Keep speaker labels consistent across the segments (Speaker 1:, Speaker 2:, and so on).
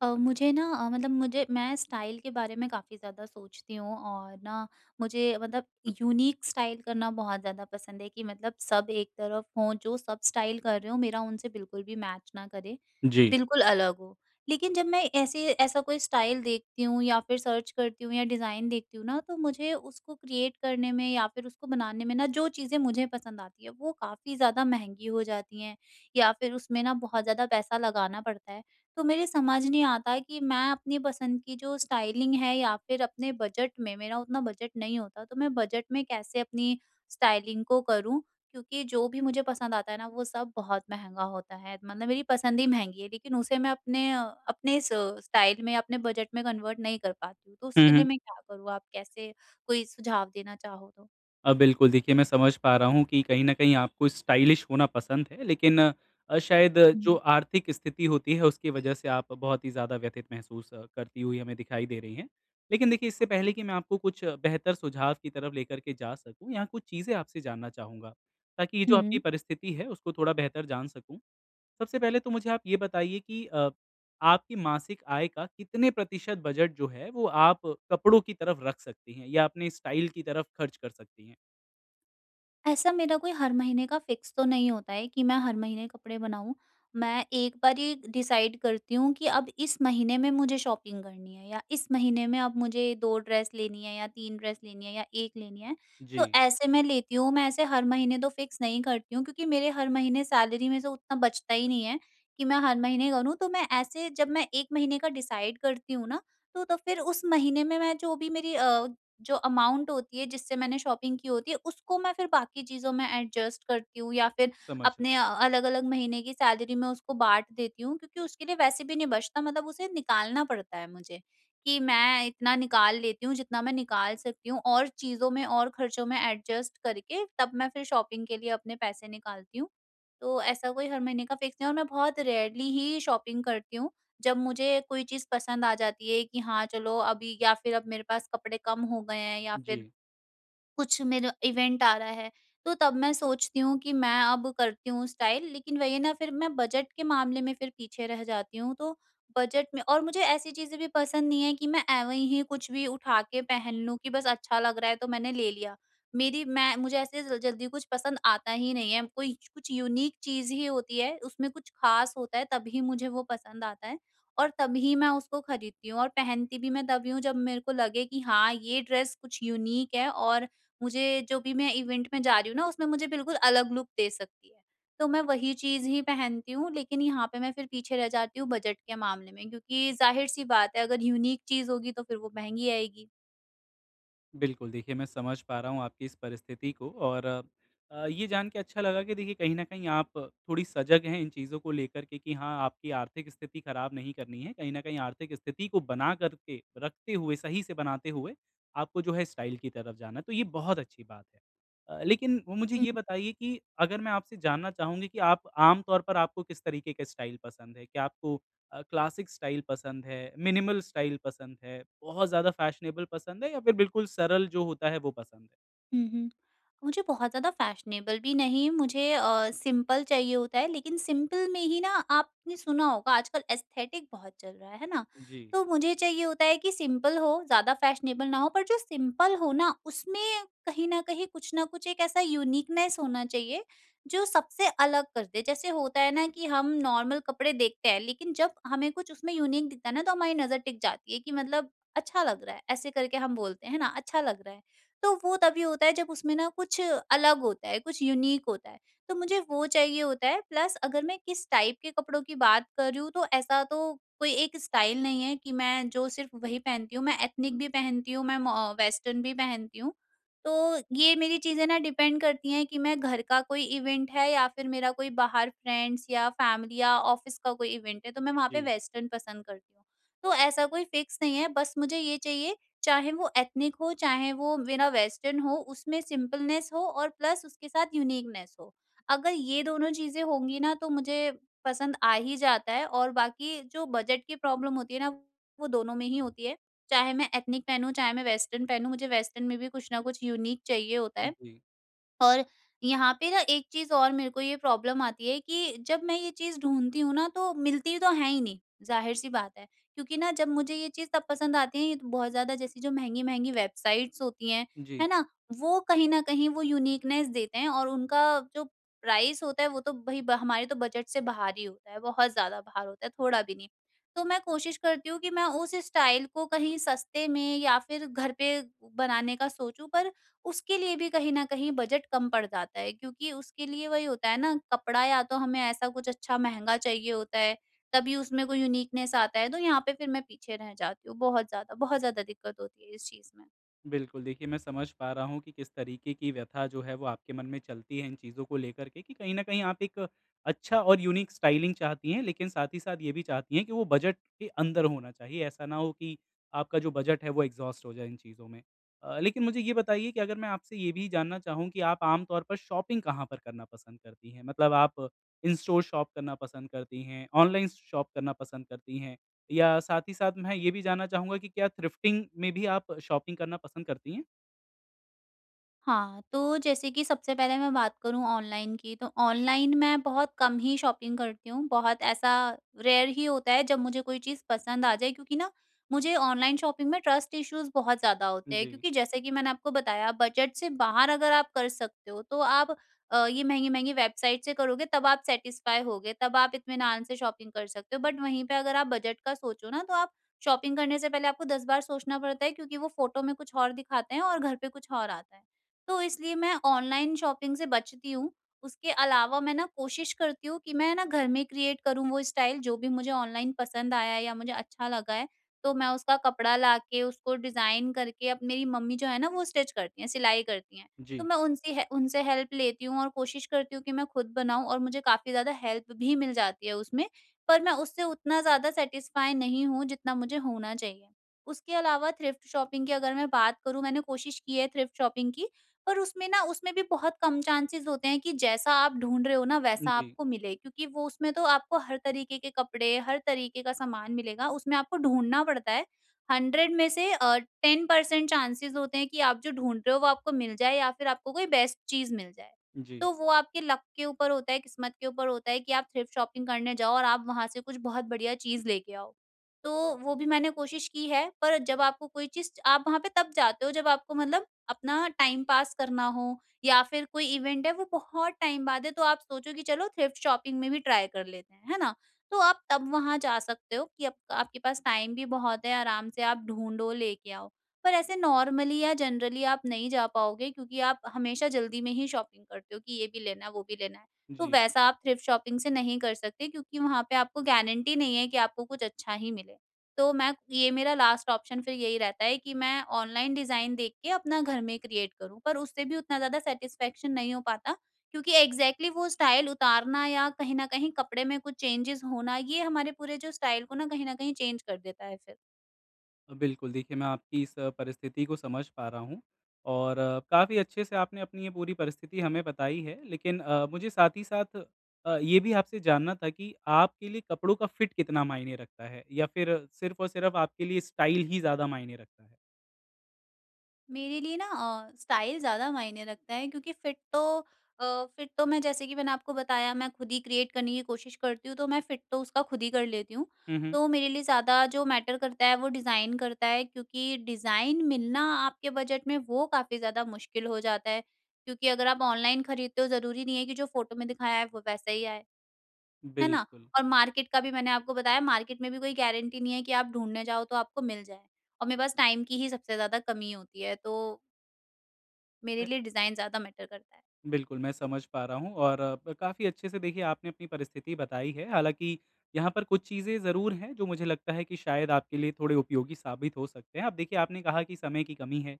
Speaker 1: मुझे ना मतलब मुझे मैं स्टाइल के बारे में काफ़ी ज़्यादा सोचती हूँ और ना मुझे मतलब यूनिक स्टाइल करना बहुत ज़्यादा पसंद है कि मतलब सब एक तरफ हों, जो सब स्टाइल कर रहे हो मेरा उनसे बिल्कुल भी मैच ना करे,
Speaker 2: जी।
Speaker 1: बिल्कुल अलग हो। लेकिन जब मैं ऐसे ऐसा कोई स्टाइल देखती हूँ या फिर सर्च करती हूँ या डिज़ाइन देखती हूँ ना, तो मुझे उसको क्रिएट करने में या फिर उसको बनाने में ना, जो चीज़ें मुझे पसंद आती है वो काफ़ी ज़्यादा महंगी हो जाती हैं या फिर उसमें ना बहुत ज़्यादा पैसा लगाना पड़ता है। तो मेरे समझ नहीं आता कि मैं अपनी पसंद की जो स्टाइलिंग है या फिर अपने बजट में, मेरा उतना बजट नहीं होता, तो मैं बजट में कैसे अपनी स्टाइलिंग को करूं, क्योंकि जो भी मुझे पसंद आता है ना वो सब बहुत महंगा होता है। मतलब मेरी पसंद ही महंगी है लेकिन उसे मैं अपने स्टाइल में अपने बजट में कन्वर्ट नहीं कर पाती हूँ, तो
Speaker 2: हुँ,
Speaker 1: उसके
Speaker 2: हुँ।
Speaker 1: लिए मैं क्या करूँ? आप कैसे कोई सुझाव देना चाहो तो।
Speaker 2: बिल्कुल, देखिए मैं समझ पा रहा हूँ कि कहीं न कहीं आपको स्टाइलिश होना पसंद है, लेकिन शायद जो
Speaker 1: हम्म।
Speaker 2: आर्थिक स्थिति होती है उसकी वजह से आप बहुत ही ज़्यादा व्यथित महसूस करती हुई हमें दिखाई दे रही हैं। लेकिन देखिए इससे पहले कि मैं आपको कुछ बेहतर सुझाव की तरफ लेकर के जा सकूँ, यहाँ कुछ चीज़ें आपसे जानना चाहूँगा, ताकि ये जो आपकी
Speaker 1: हम्म।
Speaker 2: परिस्थिति है उसको थोड़ा बेहतर जान सकूँ। सबसे पहले तो मुझे आप ये बताइए कि आपकी मासिक आय का कितने प्रतिशत बजट जो है वो आप कपड़ों की तरफ रख सकती हैं या अपने स्टाइल की तरफ खर्च कर सकती हैं?
Speaker 1: ऐसा मेरा कोई हर महीने का फिक्स तो नहीं होता है कि मैं हर महीने कपड़े बनाऊँ। मैं एक बार ये डिसाइड करती हूँ कि अब इस महीने में मुझे शॉपिंग करनी है या इस महीने में अब मुझे 2 ड्रेस लेनी है या 3 ड्रेस लेनी है या 1 लेनी है। तो
Speaker 2: जी,
Speaker 1: ऐसे मैं लेती हूँ, मैं ऐसे हर महीने तो फिक्स नहीं करती हूँ क्योंकि मेरे हर महीने सैलरी में से उतना बचता ही नहीं है कि मैं हर महीने करूँ। तो मैं ऐसे जब मैं 1 महीने का डिसाइड करती हूँ ना, तो फिर उस महीने में मैं जो भी मेरी जो अमाउंट होती है जिससे मैंने शॉपिंग की होती है, उसको मैं फिर बाकी चीज़ों में एडजस्ट करती हूँ या फिर
Speaker 2: समझ रहा
Speaker 1: अपने
Speaker 2: हूँ।
Speaker 1: अलग-अलग महीने की सैलरी में उसको बाँट देती हूँ, क्योंकि उसके लिए वैसे भी नहीं बचता। मतलब उसे निकालना पड़ता है मुझे, कि मैं इतना निकाल लेती हूँ जितना मैं निकाल सकती हूँ और चीज़ों में और खर्चों में एडजस्ट करके, तब मैं फिर शॉपिंग के लिए अपने पैसे निकालती हूँ। तो ऐसा कोई हर महीने का फिक्स नहीं है और मैं बहुत रेयरली ही शॉपिंग करती हूँ। जब मुझे कोई चीज़ पसंद आ जाती है कि हाँ, चलो अभी, या फिर अब मेरे पास कपड़े कम हो गए हैं या फिर
Speaker 2: जी,
Speaker 1: कुछ मेरा इवेंट आ रहा है, तो तब मैं सोचती हूँ कि मैं अब करती हूँ स्टाइल। लेकिन वही है ना, फिर मैं बजट के मामले में फिर पीछे रह जाती हूँ, तो बजट में। और मुझे ऐसी चीज़ें भी पसंद नहीं है कि मैं एवं ही कुछ भी उठा के पहन लूँ कि बस अच्छा लग रहा है तो मैंने ले लिया। मेरी मैं मुझे ऐसे ज जल्दी कुछ पसंद आता ही नहीं है, कोई कुछ यूनिक चीज़ ही होती है, उसमें कुछ ख़ास होता है तभी मुझे वो पसंद आता है और तभी मैं उसको खरीदती हूँ और पहनती भी मैं तभी हूँ जब मेरे को लगे कि हाँ, ये ड्रेस कुछ यूनिक है और मुझे जो भी मैं इवेंट में जा रही हूँ ना, उसमें मुझे बिल्कुल अलग लुक दे सकती है। तो मैं वही चीज़ ही पहनती हूँ लेकिन यहाँ पे मैं फिर पीछे रह जाती हूँ बजट के मामले में, क्योंकि ज़ाहिर-सी बात है, अगर यूनिक चीज़ होगी तो फिर वो महँगी आएगी।
Speaker 2: बिल्कुल देखिए मैं समझ पा रहा हूँ आपकी इस परिस्थिति को और ये जान के अच्छा लगा कि देखिए कहीं न कहीं आप थोड़ी सजग हैं इन चीज़ों को लेकर के कि हाँ, आपकी आर्थिक स्थिति खराब नहीं करनी है। कहीं न कहीं आर्थिक स्थिति को बना कर के रखते हुए, सही से बनाते हुए आपको जो है स्टाइल की तरफ जाना है, तो ये बहुत अच्छी बात है। लेकिन वो मुझे
Speaker 1: हुँ,
Speaker 2: ये बताइए कि अगर मैं आपसे जानना चाहूँगी कि आप आम तौर पर आपको किस तरीके का स्टाइल पसंद है? क्या आपको क्लासिक स्टाइल पसंद है, मिनिमल स्टाइल पसंद है, बहुत ज़्यादा फैशनेबल पसंद है या फिर बिल्कुल सरल जो होता है वो पसंद है?
Speaker 1: हुँ, हुँ। मुझे बहुत ज़्यादा फैशनेबल भी नहीं, मुझे सिंपल चाहिए होता है, लेकिन सिंपल में ही ना आपने सुना होगा आजकल एस्थेटिक बहुत चल रहा है ना?
Speaker 2: जी,
Speaker 1: तो मुझे चाहिए होता है कि सिंपल हो, ज़्यादा फैशनेबल ना हो, पर जो सिंपल हो ना उसमें कहीं न कहीं कुछ ना कुछ एक ऐसा यूनिकनेस होना चाहिए, जो सबसे अलग कर दे। जैसे होता है ना कि हम नॉर्मल कपड़े देखते हैं लेकिन जब हमें कुछ उसमें यूनिक दिखता है ना तो हमारी नज़र टिक जाती है, कि मतलब अच्छा लग रहा है, ऐसे करके हम बोलते हैं, है ना? अच्छा लग रहा है। तो वो तभी होता है जब उसमें ना कुछ अलग होता है, कुछ यूनिक होता है, तो मुझे वो चाहिए होता है। प्लस अगर मैं किस टाइप के कपड़ों की बात कर रही हूँ तो ऐसा तो कोई एक स्टाइल नहीं है कि मैं जो सिर्फ़ वही पहनती हूँ, मैं एथनिक भी पहनती हूँ, मैं मॉ वेस्टर्न भी पहनती हूँ। तो ये मेरी चीज़ें ना डिपेंड करती हैं कि मैं घर का कोई इवेंट है या फिर मेरा कोई बाहर फ्रेंड्स या फैमिली या ऑफ़िस का कोई इवेंट है, तो मैं वहाँ पे
Speaker 2: जी,
Speaker 1: वेस्टर्न पसंद करती हूँ। तो ऐसा कोई फ़िक्स नहीं है, बस मुझे ये चाहिए, चाहे वो एथनिक हो, चाहे वो मेरा वेस्टर्न हो, उसमें सिंपलनेस हो और प्लस उसके साथ यूनिकनेस हो। अगर ये दोनों चीज़ें होंगी ना तो मुझे पसंद आ ही जाता है। और बाकी जो बजट की प्रॉब्लम होती है ना, वो दोनों में ही होती है। चाहे मैं एथनिक पहनूँ, चाहे मैं वेस्टर्न पहनूँ, मुझे वेस्टर्न में भी कुछ ना कुछ यूनिक चाहिए होता है।
Speaker 2: जी,
Speaker 1: और यहाँ पे ना एक चीज़ और मेरे को ये प्रॉब्लम आती है, कि जब मैं ये चीज़ ढूँढती हूँ ना, तो मिलती तो है ही नहीं, ज़ाहिर-सी बात है। क्योंकि ना, जब मुझे ये चीज़ तब पसंद आती है, ये तो बहुत ज़्यादा जैसी जो महँगी-महँगी वेबसाइट्स होती हैं,
Speaker 2: जी।
Speaker 1: है ना? वो कहीं न कहीं वो यूनिकनेस देते हैं और उनका जो प्राइस होता है वो तो भई ब हमारे तो बजट से बाहर ही होता है, बहुत ज़्यादा बाहर होता है, थोड़ा भी नहीं। तो मैं कोशिश करती हूँ कि मैं उस स्टाइल को कहीं सस्ते में या फिर घर पे बनाने का सोचूँ, पर उसके लिए भी कहीं न कहीं बजट कम पड़ जाता है, क्योंकि उसके लिए वही होता है ना, कपड़ा या तो हमें ऐसा कुछ अच्छा महँगा चाहिए होता है, तभी उसमें कोई यूनिकनेस आता है। तो यहाँ पे फिर मैं पीछे रह जाती हूँ बहुत ज़्यादा दिक्कत होती है इस चीज़ में।
Speaker 2: बिल्कुल, देखिए मैं समझ पा रहा हूँ कि किस तरीके की व्यथा जो है वो आपके मन में चलती है इन चीज़ों को लेकर के कि कहीं न कहीं आप एक अच्छा और यूनिक स्टाइलिंग चाहती हैं, लेकिन साथ ही साथ ये भी चाहती हैं कि वो बजट के अंदर होना चाहिए, ऐसा ना हो कि आपका जो बजट है वो एग्ज़ॉस्ट हो जाए इन चीज़ों में। लेकिन मुझे ये बताइए कि अगर मैं आपसे ये भी जानना चाहूँ कि आप आम तौर पर शॉपिंग कहाँ पर करना पसंद करती हैं? मतलब आप इन स्टोर शॉप करना पसंद करती हैं, ऑनलाइन शॉप करना पसंद करती हैं? या साथ ही साथ मैं ये भी जानना चाहूँगा कि क्या थ्रिफ्टिंग में भी आप शॉपिंग करना पसंद करती हैं?
Speaker 1: हाँ, तो जैसे कि सबसे पहले मैं बात करूँ ऑनलाइन की, तो ऑनलाइन मैं बहुत कम ही शॉपिंग करती हूँ। बहुत ऐसा रेयर ही होता है जब मुझे कोई चीज़ पसंद आ जाए, क्योंकि ना मुझे ऑनलाइन शॉपिंग में ट्रस्ट इश्यूज़ बहुत ज़्यादा होते हैं,
Speaker 2: जी,
Speaker 1: क्योंकि जैसे कि मैंने आपको बताया, बजट से बाहर अगर आप कर सकते हो तो आप ये महँगी-महँगी वेबसाइट से करोगे तब आप सैटिस्फ़ाई होगे, तब आप इत्मीनान से शॉपिंग कर सकते हो। बट वहीं पे अगर आप बजट का सोचो ना तो आप शॉपिंग करने से पहले आपको 10 बार सोचना पड़ता है, क्योंकि वो फ़ोटो में कुछ और दिखाते हैं और घर पे कुछ और आता है। तो इसलिए मैं ऑनलाइन शॉपिंग से बचती हूँ। उसके अलावा मैं ना कोशिश करती हूँ कि मैं ना घर में क्रिएट करूँ वो स्टाइल जो भी मुझे ऑनलाइन पसंद आया है या मुझे अच्छा लगा है, तो मैं उसका कपड़ा लाके उसको डिज़ाइन करके, अब मेरी मम्मी जो है ना वो स्टिच करती हैं, सिलाई करती हैं। तो
Speaker 2: जी,
Speaker 1: मैं उनसे हेल्प लेती हूँ और कोशिश करती हूँ कि मैं खुद बनाऊँ और मुझे काफ़ी ज़्यादा हेल्प भी मिल जाती है उसमें, पर मैं उससे उतना ज़्यादा सैटिस्फाई नहीं हूँ जितना मुझे होना चाहिए। उसके अलावा थ्रिफ्ट शॉपिंग की अगर मैं बात करूँ, मैंने कोशिश की है थ्रिफ्ट शॉपिंग की, पर उसमें ना, उसमें भी बहुत कम चांसेस होते हैं कि जैसा आप ढूँढ रहे हो ना वैसा
Speaker 2: जी,
Speaker 1: आपको मिले, क्योंकि वो उसमें तो आपको हर तरीके के कपड़े, हर तरीके का सामान मिलेगा, उसमें आपको ढूँढना पड़ता है। 100 में से 10% चांसेस होते हैं कि आप जो ढूँढ रहे हो वो आपको मिल जाए या फिर आपको कोई बेस्ट चीज़ मिल जाए।
Speaker 2: जी,
Speaker 1: तो वो आपके लक के ऊपर होता है, किस्मत के ऊपर होता है, कि आप थ्रिफ्ट शॉपिंग करने जाओ और आप वहाँ से कुछ बहुत बढ़िया चीज़ लेके आओ। तो वो भी मैंने कोशिश की है, पर जब आपको कोई चीज़, आप वहाँ पे तब जाते हो जब आपको मतलब अपना टाइम पास करना हो या फिर कोई इवेंट है वो बहुत टाइम बाद है, तो आप सोचो कि चलो थ्रिफ्ट शॉपिंग में भी ट्राई कर लेते हैं, है ना? तो आप तब वहाँ जा सकते हो कि अब आपके पास टाइम भी बहुत है, आराम से आप ढूँढो, लेके आओ। पर ऐसे नॉर्मली या जनरली आप नहीं जा पाओगे क्योंकि आप हमेशा जल्दी में ही शॉपिंग करते हो कि ये भी लेना है, वो भी लेना है। तो
Speaker 2: जी।
Speaker 1: वैसा आप थ्रिफ्ट शॉपिंग से नहीं कर सकते क्योंकि वहाँ पे आपको गारंटी नहीं है कि आपको कुछ अच्छा ही मिले। तो मैं ये, मेरा लास्ट ऑप्शन फिर यही रहता है कि मैं ऑनलाइन डिज़ाइन देख के अपना घर में क्रिएट करूँ, पर उससे भी उतना ज़्यादा सैटिस्फैक्शन नहीं हो पाता, क्योंकि एग्ज़ैक्टली वो स्टाइल उतारना या कहीं न कहीं कपड़े में कुछ चेंजेज़ होना, ये हमारे पूरे जो स्टाइल को ना कहीं न कहीं चेंज कर देता है फिर।
Speaker 2: बिल्कुल, देखिए मैं आपकी इस परिस्थिति को समझ पा रहा हूँ और काफ़ी अच्छे से आपने अपनी ये पूरी परिस्थिति हमें बताई है। लेकिन मुझे साथ ही साथ ये भी आपसे जानना था कि आपके लिए कपड़ों का फिट कितना मायने रखता है? या फिर सिर्फ़ और सिर्फ़ आपके लिए स्टाइल ही ज़्यादा मायने रखता है?
Speaker 1: मेरे लिए ना स्टाइल ज़्यादा मायने रखता है, क्योंकि फिट तो अ, फिट तो मैं, जैसे कि मैंने आपको बताया, मैं खुद ही क्रिएट करने की कोशिश करती हूँ, तो मैं फिट तो उसका खुद ही कर लेती हूँ।
Speaker 2: हुँ, हुँ।
Speaker 1: तो मेरे लिए ज़्यादा जो मैटर करता है वो डिज़ाइन करता है, क्योंकि डिज़ाइन मिलना आपके बजट में, वो काफ़ी ज़्यादा मुश्किल हो जाता है। क्योंकि अगर आप ऑनलाइन खरीदते हो ज़रूरी नहीं है कि जो फ़ोटो में दिखाया है वो वैसा ही आए, है ना?
Speaker 2: बिल्कुल।
Speaker 1: और मार्केट का भी, मैंने आपको बताया, मार्केट में भी कोई गारंटी नहीं है कि आप ढूँढने जाओ तो आपको मिल जाए। और मेरे पास टाइम की ही सबसे ज़्यादा कमी होती है, तो मेरे
Speaker 2: मैं
Speaker 1: लिए डिज़ाइन ज़्यादा मैटर करता है।
Speaker 2: बिल्कुल, मैं समझ पा रहा हूँ और ब काफ़ी अच्छे से देखिए आपने अपनी परिस्थिति बताई है। हालाँकि यहाँ पर कुछ चीज़ें ज़रूर हैं जो मुझे लगता है कि शायद आपके लिए थोड़े उपयोगी साबित हो सकते हैं। अब देखिए आपने कहा कि समय की कमी है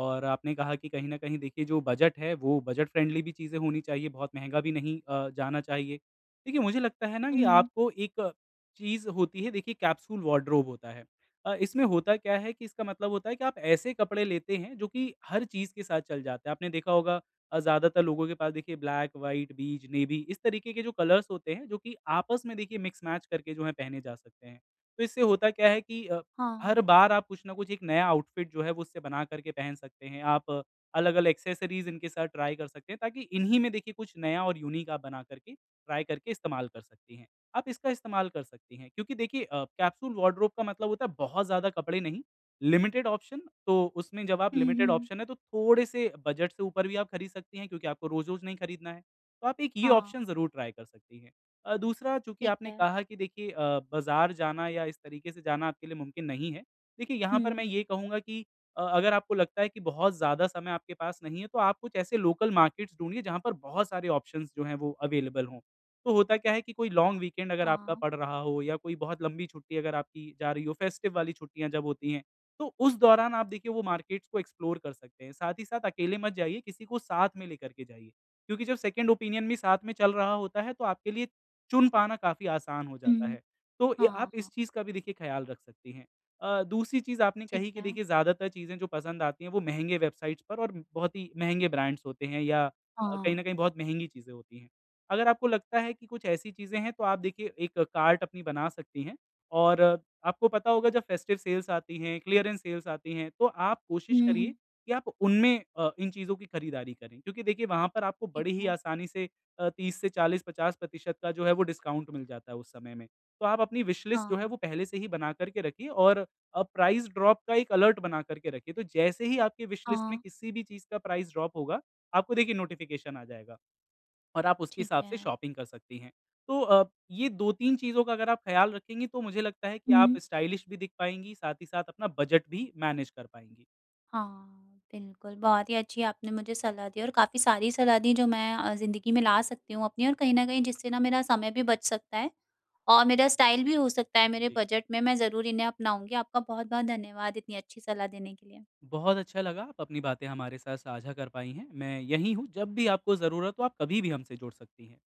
Speaker 2: और आपने कहा कि कहीं न कहीं देखिए जो बजट है वो बजट फ्रेंडली भी चीज़ें होनी चाहिए, बहुत महँगा भी नहीं जाना चाहिए। देखिए मुझे लगता है ना कि
Speaker 1: हुँ।
Speaker 2: आपको एक चीज़ होती है देखिए कैप्सूल वार्डरोब होता है। इसमें होता क्या है कि इसका मतलब होता है कि आप ऐसे कपड़े लेते हैं जो कि हर चीज़ के साथ चल जाते हैं। आपने देखा होगा ज़्यादातर लोगों के पास देखिए ब्लैक, व्हाइट, बीज, नेवी इस तरीके के जो कलर्स होते हैं, जो कि आपस में देखिए मिक्स मैच करके जो है पहने जा सकते हैं। तो इससे होता क्या है कि
Speaker 1: हाँ।
Speaker 2: हर बार आप कुछ न कुछ एक नया आउटफिट जो है वो उससे बना करके पहन सकते हैं। आप अलग-अलग एक्सेसरीज़ इनके साथ ट्राई कर सकते हैं ताकि इन्हीं में देखिए कुछ नया और यूनिक आप बना करके, ट्राई करके इस्तेमाल कर सकती हैं। आप इसका इस्तेमाल कर सकती हैं क्योंकि देखिए कैप्सूल वार्डरोब का मतलब होता है बहुत ज़्यादा कपड़े नहीं, लिमिटेड ऑप्शन, तो उसमें जब आप
Speaker 1: हुँ,
Speaker 2: लिमिटेड
Speaker 1: हुँ।
Speaker 2: ऑप्शन है तो थोड़े से बजट से ऊपर भी आप खरीद सकती हैं क्योंकि आपको रोज़-रोज़ नहीं खरीदना है। तो आप एक ये ऑप्शन
Speaker 1: हाँ,
Speaker 2: ज़रूर ट्राई कर सकती हैं। दूसरा, चूँकि
Speaker 1: ठीक
Speaker 2: आपने
Speaker 1: है।
Speaker 2: कहा कि देखिए बाज़ार जाना या इस तरीके से जाना आपके लिए मुमकिन नहीं है। देखिए यहाँ पर मैं
Speaker 1: हुँ।
Speaker 2: ये कहूँगा कि अगर आपको लगता है कि बहुत ज़्यादा समय आपके पास नहीं है तो आप कुछ ऐसे लोकल मार्केट्स ढूँढिए जहाँ पर बहुत सारे ऑप्शंस जो हैं वो अवेलेबल हों। तो होता क्या है कि कोई लॉन्ग वीकेंड अगर आपका
Speaker 1: हाँ।
Speaker 2: पड़ रहा हो या कोई बहुत लंबी छुट्टी अगर आपकी जा रही हो, फेस्टिव वाली छुट्टियाँ जब होती हैं तो उस दौरान आप देखिए वो मार्केट्स को एक्सप्लोर कर सकते हैं। साथ ही साथ अकेले मत जाइए, किसी को साथ में लेकर के जाइए। क्योंकि जब सेकंड ओपिनियन भी साथ में चल रहा होता है, तो आपके लिए चुन पाना काफ़ी आसान हो जाता
Speaker 1: हुँ।
Speaker 2: है। तो ए आप
Speaker 1: हाँ,
Speaker 2: इस
Speaker 1: हाँ,
Speaker 2: चीज़ का भी देखिए ख़्याल रख सकती हैं। दूसरी चीज़ आपने
Speaker 1: ठीक
Speaker 2: कही कि
Speaker 1: है।
Speaker 2: देखिए ज़्यादातर चीज़ें जो पसंद आती हैं, वो महँगे वेबसाइट्स पर और बहुत ही महँगे ब्रांड्स होते हैं या कहीं न
Speaker 1: हाँ।
Speaker 2: कहीं बहुत महँगी चीज़ें होती हैं। अगर आपको लगता है कि कुछ ऐसी चीज़ें हैं, तो आप देखिए एक कार्ट अपनी बना सकती हैं और आपको पता होगा जब फेस्टिव सेल्स आती हैं, क्लीयरेंस सेल्स आती हैं, तो आप कोशिश
Speaker 1: हुँ,
Speaker 2: करिए
Speaker 1: हुँ।
Speaker 2: कि आप उनमें इन चीज़ों की खरीदारी करें। क्योंकि देखिए वहाँ पर आपको
Speaker 1: ठीक
Speaker 2: बड़ी ही
Speaker 1: है।
Speaker 2: आसानी से 30 से 40-50% का जो है वो डिस्काउंट मिल जाता है उस समय में। तो आप अपनी विश लिस्ट
Speaker 1: हाँ,
Speaker 2: जो है वो पहले से ही बना कर के रखिए और प्राइस ड्रॉप का एक अलर्ट बना कर के रखिए। तो जैसे ही आपकी विश लिस्ट में
Speaker 1: हाँ,
Speaker 2: किसी भी चीज़ का प्राइस ड्रॉप होगा, आपको देखिए नोटिफ़िकेशन आ जाएगा। और आप उसके
Speaker 1: ठीक
Speaker 2: हिसाब
Speaker 1: है।
Speaker 2: से शॉपिंग कर सकती हैं। तो ये 2-3 चीज़ों का अगर आप ख़्याल रखेंगी तो मुझे लगता है कि आप
Speaker 1: हुँ।
Speaker 2: स्टाइलिश भी दिख पाएँगी, साथ ही साथ अपना बजट भी मैनेज कर पाएँगी।
Speaker 1: हाँ, बिल्कुल, बहुत ही अच्छी आपने मुझे सलाह दी और काफ़ी सारी सलाह दी जो मैं ज़िंदगी में ला सकती हूँ अपनी, और कहीं न कहीं जिससे ना मेरा समय भी बच सकता है और मेरा स्टाइल भी हो सकता है मेरे
Speaker 2: जी।
Speaker 1: बजट में। मैं ज़रूर इन्हें अपनाऊँगी। आपका बहुत-बहुत धन्यवाद इतनी अच्छी सलाह देने के लिए।
Speaker 2: बहुत अच्छा लगा आप अपनी बातें हमारे साथ साझा कर पाई हैं। मैं यहीं हूँ, जब भी आपको ज़रूरत हो आप कभी भी हमसे जुड़ सकती हैं।